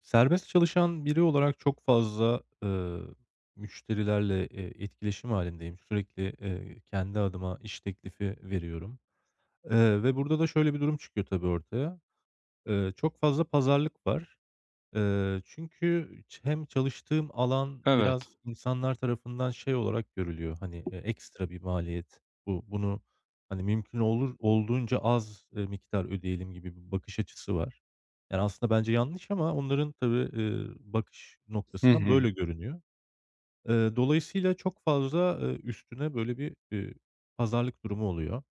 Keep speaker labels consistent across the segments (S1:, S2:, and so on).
S1: Serbest çalışan biri olarak çok fazla, müşterilerle, etkileşim halindeyim. Sürekli, kendi adıma iş teklifi veriyorum, ve burada da şöyle bir durum çıkıyor tabii ortaya. Çok fazla pazarlık var. Çünkü hem çalıştığım alan
S2: Evet.
S1: biraz insanlar tarafından şey olarak görülüyor, hani, ekstra bir maliyet. Bunu, hani, mümkün olduğunca az, miktar ödeyelim gibi bir bakış açısı var. Yani, aslında bence yanlış ama onların tabii, bakış
S2: Hı
S1: noktasından
S2: hı.
S1: böyle görünüyor. Dolayısıyla çok fazla, üstüne böyle bir, pazarlık durumu oluyor.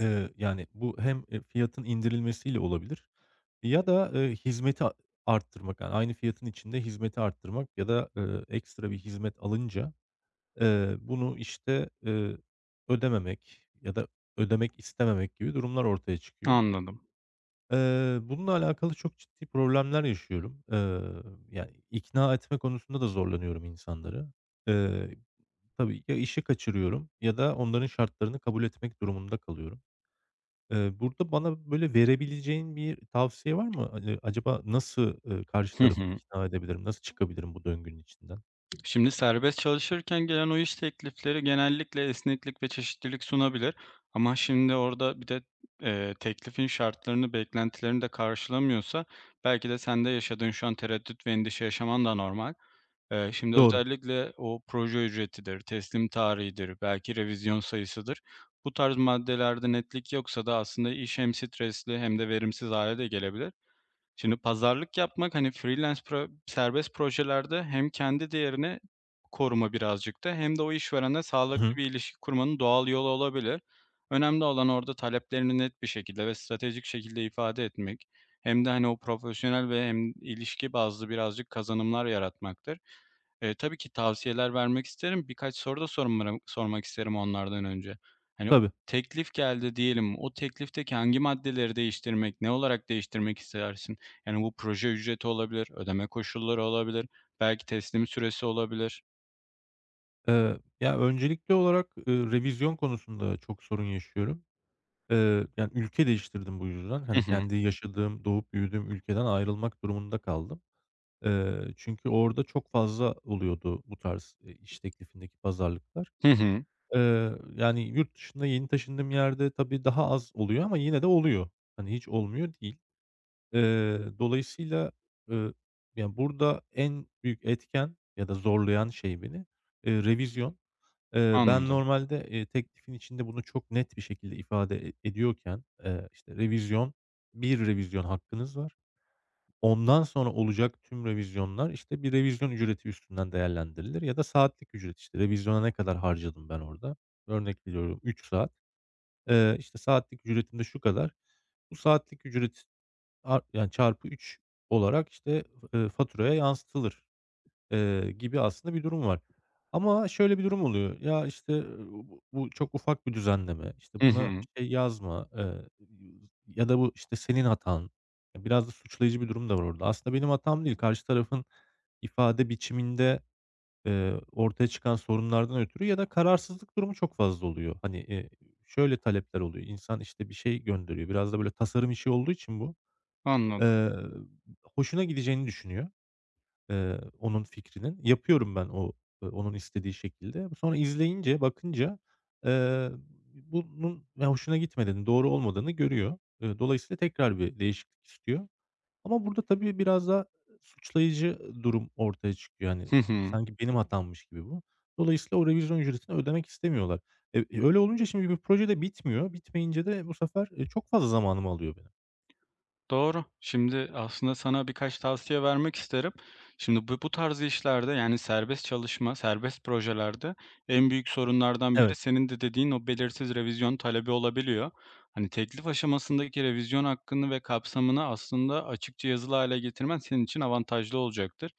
S1: Yani, bu hem, fiyatın indirilmesiyle olabilir ya da, hizmeti arttırmak, yani, aynı fiyatın içinde hizmeti arttırmak ya da, ekstra bir hizmet alınca, bunu, işte, ödememek ya da ödemek istememek gibi durumlar ortaya çıkıyor.
S2: Anladım.
S1: Bununla alakalı çok ciddi problemler yaşıyorum. Yani, ikna etme konusunda da zorlanıyorum insanları. Eee, tabii ya işi kaçırıyorum ya da onların şartlarını kabul etmek durumunda kalıyorum. Burada bana, böyle, verebileceğin bir tavsiye var mı? Hani, acaba nasıl, karşı
S2: Hı
S1: tarafı
S2: hı.
S1: ikna edebilirim? Nasıl çıkabilirim bu döngünün içinden?
S2: Şimdi serbest çalışırken gelen o iş teklifleri genellikle esneklik ve çeşitlilik sunabilir. Ama şimdi orada bir de teklifin şartlarını, beklentilerini de karşılamıyorsa belki de sende yaşadığın şu an tereddüt ve endişe yaşaman da normal. Şimdi
S1: Doğru.
S2: özellikle o proje ücretidir, teslim tarihidir, belki revizyon sayısıdır. Bu tarz maddelerde netlik yoksa da aslında iş hem stresli hem de verimsiz hale de gelebilir. Şimdi pazarlık yapmak hani freelance serbest projelerde hem kendi değerini koruma birazcık da hem de o işverene
S1: Hı
S2: sağlıklı
S1: hı.
S2: bir ilişki kurmanın doğal yolu olabilir. Önemli olan orada taleplerini net bir şekilde ve stratejik şekilde ifade etmek. Hem de hani o profesyonel ve hem ilişki bazlı birazcık kazanımlar yaratmaktır. Tabii ki tavsiyeler vermek isterim. Birkaç soru da sormak isterim onlardan önce. Hani
S1: Tabii.
S2: teklif geldi diyelim. O teklifteki hangi maddeleri değiştirmek, ne olarak değiştirmek istersin? Yani, bu proje ücreti olabilir, ödeme koşulları olabilir, belki teslim süresi olabilir.
S1: Ya, öncelikli olarak, revizyon konusunda çok sorun yaşıyorum. Yani, ülke değiştirdim bu yüzden.
S2: Hı
S1: Hani,
S2: hı.
S1: kendi yaşadığım, doğup büyüdüğüm ülkeden ayrılmak durumunda kaldım. Çünkü orada çok fazla oluyordu bu tarz, iş teklifindeki pazarlıklar.
S2: Hı hı.
S1: Yani, yurt dışında yeni taşındığım yerde tabii daha az oluyor ama yine de oluyor. Hani, hiç olmuyor değil. Dolayısıyla, eee, ya, burada en büyük etken ya da zorlayan şey beni, revizyon. Ben
S2: Anladım.
S1: normalde, teklifin içinde bunu çok net bir şekilde ifade ediyorken, işte, revizyon, bir revizyon hakkınız var. Ondan sonra olacak tüm revizyonlar, işte, bir revizyon ücreti üstünden değerlendirilir ya da saatlik ücret. İşte revizyona ne kadar harcadım ben orada? Örnek veriyorum 3 saat. İşte, saatlik ücretim de şu kadar. Bu saatlik ücret yani, çarpı 3 olarak, işte, faturaya yansıtılır gibi aslında bir durum var. Ama şöyle bir durum oluyor. Ya, işte, bu çok ufak bir düzenleme, İşte
S2: Hı
S1: buna
S2: hı.
S1: bir şey yazma, ya da bu, işte, senin hatan. Ya, biraz da suçlayıcı bir durum da var orada. Aslında benim hatam değil. Karşı tarafın ifade biçiminde, ortaya çıkan sorunlardan ötürü ya da kararsızlık durumu çok fazla oluyor. Hani, şöyle talepler oluyor. İnsan, işte, bir şey gönderiyor. Biraz da böyle tasarım işi olduğu için bu,
S2: Anladım.
S1: eee, hoşuna gideceğini düşünüyor. Onun fikrinin. Yapıyorum ben o, onun istediği şekilde. Sonra izleyince, bakınca, eee, bunun ya, hoşuna gitmediğini, doğru olmadığını görüyor. Dolayısıyla tekrar bir değişiklik istiyor. Ama burada tabii biraz da suçlayıcı durum ortaya çıkıyor. Yani,
S2: Hı hı.
S1: sanki benim hatammış gibi bu. Dolayısıyla o revizyon ücretini ödemek istemiyorlar. Öyle olunca şimdi bir proje de bitmiyor. Bitmeyince de bu sefer, çok fazla zamanımı alıyor benim.
S2: Doğru. Şimdi aslında sana birkaç tavsiye vermek isterim. Şimdi bu tarz işlerde yani serbest çalışma, serbest projelerde en büyük sorunlardan biri
S1: Evet,
S2: senin de dediğin o belirsiz revizyon talebi olabiliyor. Hani teklif aşamasındaki revizyon hakkını ve kapsamını aslında açıkça yazılı hale getirmen senin için avantajlı olacaktır.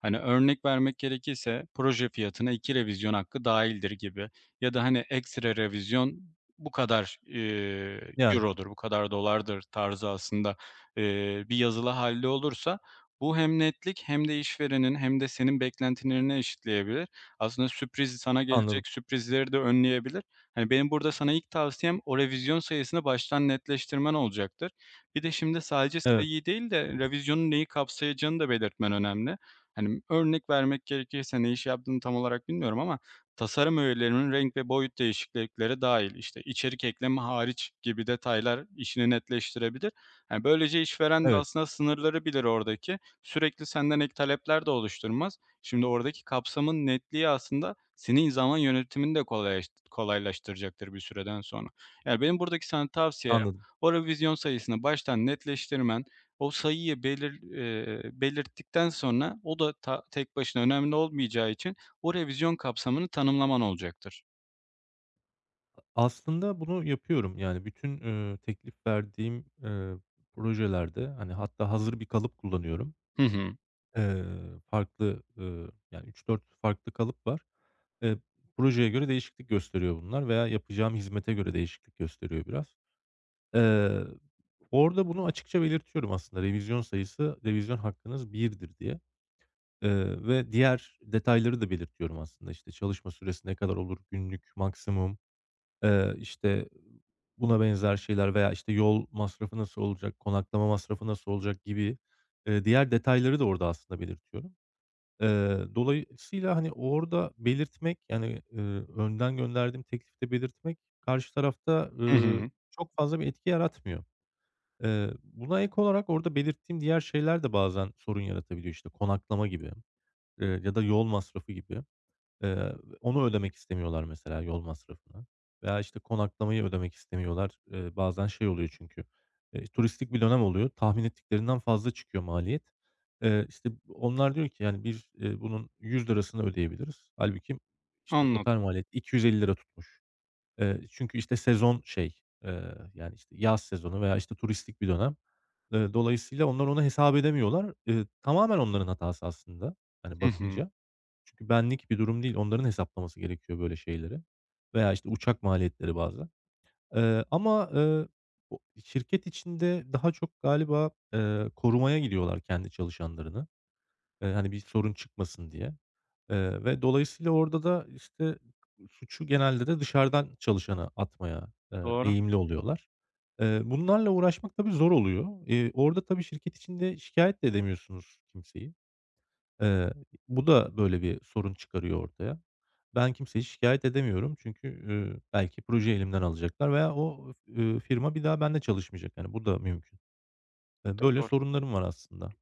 S2: Hani örnek vermek gerekirse proje fiyatına iki revizyon hakkı dahildir gibi ya da hani ekstra revizyon bu kadar
S1: yani.
S2: eurodur, bu kadar dolardır tarzı aslında bir yazılı halde olursa bu hem netlik hem de işverenin hem de senin beklentilerini eşitleyebilir. Aslında sürpriz sana
S1: Anladım.
S2: gelecek sürprizleri de önleyebilir. Hani, benim burada sana ilk tavsiyem o revizyon sayısını baştan netleştirmen olacaktır. Bir de şimdi sadece
S1: Evet,
S2: sayıyı değil de revizyonun neyi kapsayacağını da belirtmen önemli. Hani, örnek vermek gerekirse ne iş yaptığını tam olarak bilmiyorum ama tasarım öğelerinin renk ve boyut değişiklikleri dahil, işte, içerik ekleme hariç gibi detaylar işini netleştirebilir. Yani, böylece işveren de
S1: evet.
S2: aslında sınırları bilir oradaki. Sürekli senden ek talepler de oluşturmaz. Şimdi oradaki kapsamın netliği aslında senin zaman yönetimini de kolaylaştıracaktır bir süreden sonra. Yani, benim buradaki sana tavsiyem
S1: Anladım.
S2: o revizyon sayısını baştan netleştirmen, o sayıyı belirttikten sonra o da tek başına önemli olmayacağı için o revizyon kapsamını tanımlaman olacaktır.
S1: Aslında bunu yapıyorum. Yani bütün, teklif verdiğim, projelerde, hani, hatta hazır bir kalıp kullanıyorum.
S2: Hı hı.
S1: Eee, Farklı, yani üç dört farklı kalıp var. Eee, Projeye göre değişiklik gösteriyor bunlar veya yapacağım hizmete göre değişiklik gösteriyor biraz. Eee, Orada bunu açıkça belirtiyorum aslında. Revizyon sayısı, revizyon hakkınız birdir diye, ve diğer detayları da belirtiyorum aslında. İşte, çalışma süresi ne kadar olur, günlük maksimum, işte, buna benzer şeyler veya, işte, yol masrafı nasıl olacak, konaklama masrafı nasıl olacak gibi, diğer detayları da orada aslında belirtiyorum. Dolayısıyla, hani, orada belirtmek, yani, önden gönderdiğim teklifte belirtmek karşı tarafta,
S2: Hı hı.
S1: çok fazla bir etki yaratmıyor. Buna ek olarak orada belirttiğim diğer şeyler de bazen sorun yaratabiliyor. İşte konaklama gibi, ya da yol masrafı gibi. Eee, Onu ödemek istemiyorlar mesela yol masrafını veya, işte, konaklamayı ödemek istemiyorlar. Bazen şey oluyor çünkü, turistik bir dönem oluyor. Tahmin ettiklerinden fazla çıkıyor maliyet. İşte, onlar diyor ki, yani, bir "bunun ₺100'sını ödeyebiliriz." Halbuki işte,
S2: Anladım.
S1: otel maliyeti ₺250 tutmuş. Çünkü, işte, sezon şey, yani, işte, yaz sezonu veya, işte, turistik bir dönem. Dolayısıyla onlar onu hesap edemiyorlar. Tamamen onların hatası aslında, hani,
S2: Hı hı.
S1: bakınca. Çünkü benlik bir durum değil. Onların hesaplaması gerekiyor böyle şeyleri veya, işte, uçak maliyetleri bazen. Ama, o şirket içinde daha çok galiba, korumaya gidiyorlar kendi çalışanlarını. Hani, bir sorun çıkmasın diye, ve dolayısıyla orada da, işte, suçu genelde de dışarıdan çalışana atmaya,
S2: Doğru,
S1: eğilimli oluyorlar. Bunlarla uğraşmak tabii zor oluyor. Orada tabii şirket içinde şikayet de edemiyorsunuz kimseyi. Eee, Bu da böyle bir sorun çıkarıyor ortaya. Ben kimseyi şikayet edemiyorum çünkü, belki projeyi elimden alacaklar veya o, firma bir daha benimle çalışmayacak. Yani bu da mümkün. Böyle
S2: doğru.
S1: sorunlarım var aslında.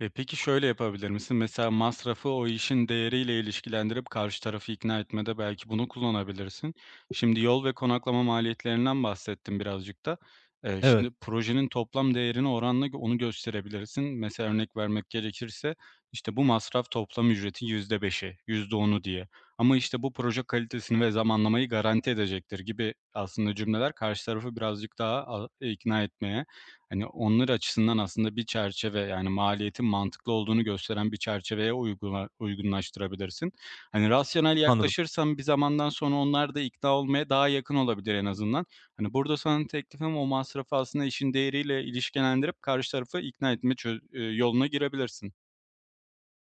S2: E peki şöyle yapabilir misin? Mesela masrafı o işin değeriyle ilişkilendirip karşı tarafı ikna etmede belki bunu kullanabilirsin. Şimdi yol ve konaklama maliyetlerinden bahsettim birazcık da.
S1: Evet,
S2: Şimdi projenin toplam değerini oranla onu gösterebilirsin. Mesela örnek vermek gerekirse işte bu masraf toplam ücretin %5'i, yüzde onu diye. Ama işte bu proje kalitesini ve zamanlamayı garanti edecektir gibi aslında cümleler karşı tarafı birazcık daha ikna etmeye. Hani, onlar açısından aslında bir çerçeve, yani, maliyetin mantıklı olduğunu gösteren bir çerçeveye uygunlaştırabilirsin. Hani, rasyonel
S1: anladım.
S2: yaklaşırsan bir zamandan sonra onlar da ikna olmaya daha yakın olabilir en azından. Hani, burada sana teklifim o masrafı aslında işin değeriyle ilişkilendirip karşı tarafı ikna etme çö yoluna girebilirsin.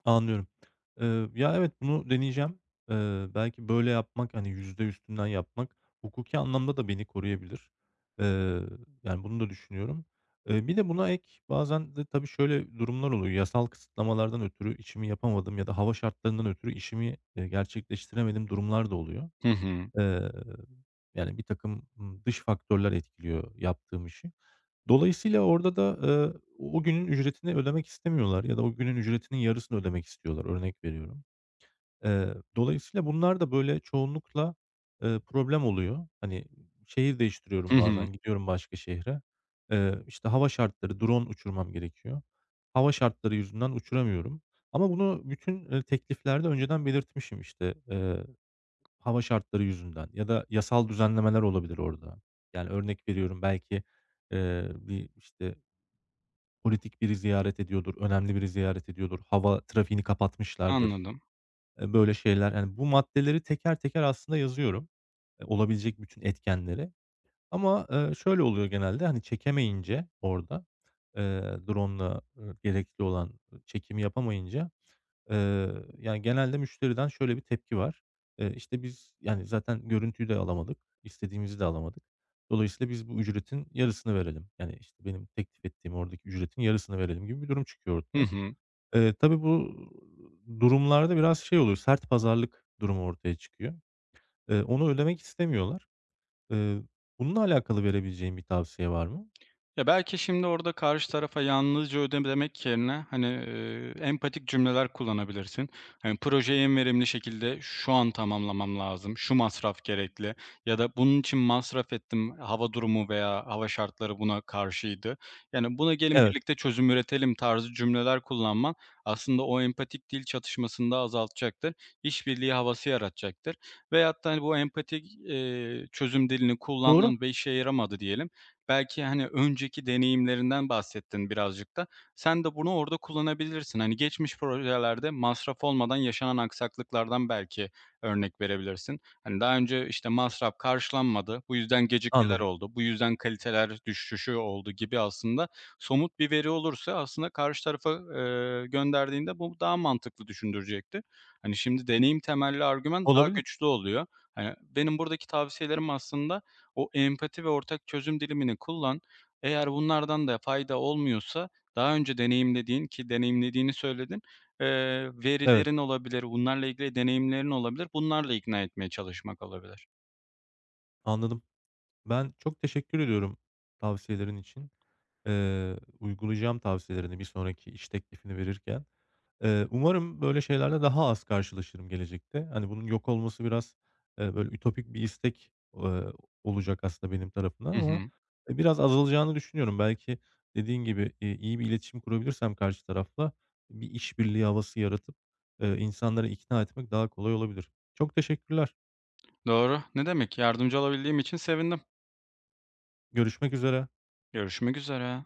S1: Anlıyorum. Ya, evet, bunu deneyeceğim. Belki böyle yapmak, hani, yüzde üstünden yapmak hukuki anlamda da beni koruyabilir. Eee, Yani, bunu da düşünüyorum. Bir de buna ek bazen de tabii şöyle durumlar oluyor. Yasal kısıtlamalardan ötürü işimi yapamadım ya da hava şartlarından ötürü işimi, gerçekleştiremediğim durumlar da oluyor.
S2: Hı hı.
S1: Eee, Yani, birtakım, dış faktörler etkiliyor yaptığım işi. Dolayısıyla orada da, o günün ücretini ödemek istemiyorlar ya da o günün ücretinin yarısını ödemek istiyorlar, örnek veriyorum. Dolayısıyla bunlar da böyle çoğunlukla, problem oluyor. Hani, şehir
S2: Hı
S1: değiştiriyorum
S2: hı.
S1: bazen, gidiyorum başka şehre. İşte, hava şartları, drone uçurmam gerekiyor. Hava şartları yüzünden uçuramıyorum ama bunu bütün, tekliflerde önceden belirtmişim, işte, hava şartları yüzünden ya da yasal düzenlemeler olabilir orada. Yani, örnek veriyorum belki, işte politik biri ziyaret ediyordur, önemli biri ziyaret ediyordur, hava trafiğini kapatmışlardır,
S2: Anladım.
S1: böyle şeyler. Yani, bu maddeleri teker teker aslında yazıyorum, olabilecek bütün etkenleri ama, şöyle oluyor genelde, hani, çekemeyince orada, drone'la, gerekli olan, çekimi yapamayınca yani, genelde müşteriden şöyle bir tepki var. İşte, biz, yani, zaten görüntüyü de alamadık, istediğimizi de alamadık. Dolayısıyla biz bu ücretin yarısını verelim. Yani, işte, benim teklif ettiğim oradaki ücretin yarısını verelim gibi bir durum çıkıyor
S2: Hı
S1: ortaya.
S2: hı.
S1: Tabii bu durumlarda biraz şey oluyor, sert pazarlık durumu ortaya çıkıyor. Onu ödemek istemiyorlar. Eee, Bununla alakalı verebileceğin bir tavsiye var mı?
S2: Ya, belki şimdi orada karşı tarafa yalnızca ödeme demek yerine, hani, empatik cümleler kullanabilirsin. Hani, "Projeyi en verimli şekilde şu an tamamlamam lazım, şu masraf gerekli." ya da "Bunun için masraf ettim, hava durumu veya hava şartları buna karşıydı. Yani, buna gelin
S1: Evet,
S2: birlikte çözüm üretelim." tarzı cümleler kullanman aslında o empatik dil çatışmasını da azaltacaktır. İşbirliği havası yaratacaktır veyahut da, hani, bu empatik, çözüm dilini
S1: doğru.
S2: kullandın ve işe yaramadı diyelim belki, hani, önceki deneyimlerinden bahsettin birazcık da. Sen de bunu orada kullanabilirsin. Hani, geçmiş projelerde masraf olmadan yaşanan aksaklıklardan belki örnek verebilirsin. Hani, daha önce, işte, masraf karşılanmadı, bu yüzden gecikmeler
S1: Anladım.
S2: oldu, bu yüzden kaliteler düşüşü oldu gibi aslında somut bir veri olursa aslında karşı tarafa, gönderdiğinde bu daha mantıklı düşündürecektir. Hani, şimdi deneyim temelli argüman daha
S1: Olabilir.
S2: güçlü oluyor. Hani, benim buradaki tavsiyelerim aslında o empati ve ortak çözüm dilimini kullan. Eğer bunlardan da fayda olmuyorsa daha önce deneyimlediğin ki deneyimlediğini söyledin, eee,
S1: Evet,
S2: verilerin olabilir, bunlarla ilgili deneyimlerin olabilir. Bunlarla ikna etmeye çalışmak olabilir.
S1: anladım. Ben çok teşekkür ediyorum tavsiyelerin için. Uygulayacağım tavsiyelerini bir sonraki iş teklifini verirken. Umarım böyle şeylerle daha az karşılaşırım gelecekte. Hani, bunun yok olması biraz, böyle ütopik bir istek, olacak aslında benim tarafımdan
S2: Hı
S1: ama,
S2: hı.
S1: biraz azalacağını düşünüyorum. Belki dediğin gibi, iyi bir iletişim kurabilirsem karşı tarafla bir işbirliği havası yaratıp, insanları ikna etmek daha kolay olabilir. Çok teşekkürler.
S2: Doğru. Ne demek, yardımcı olabildiğim için sevindim.
S1: Görüşmek üzere.
S2: Görüşmek üzere.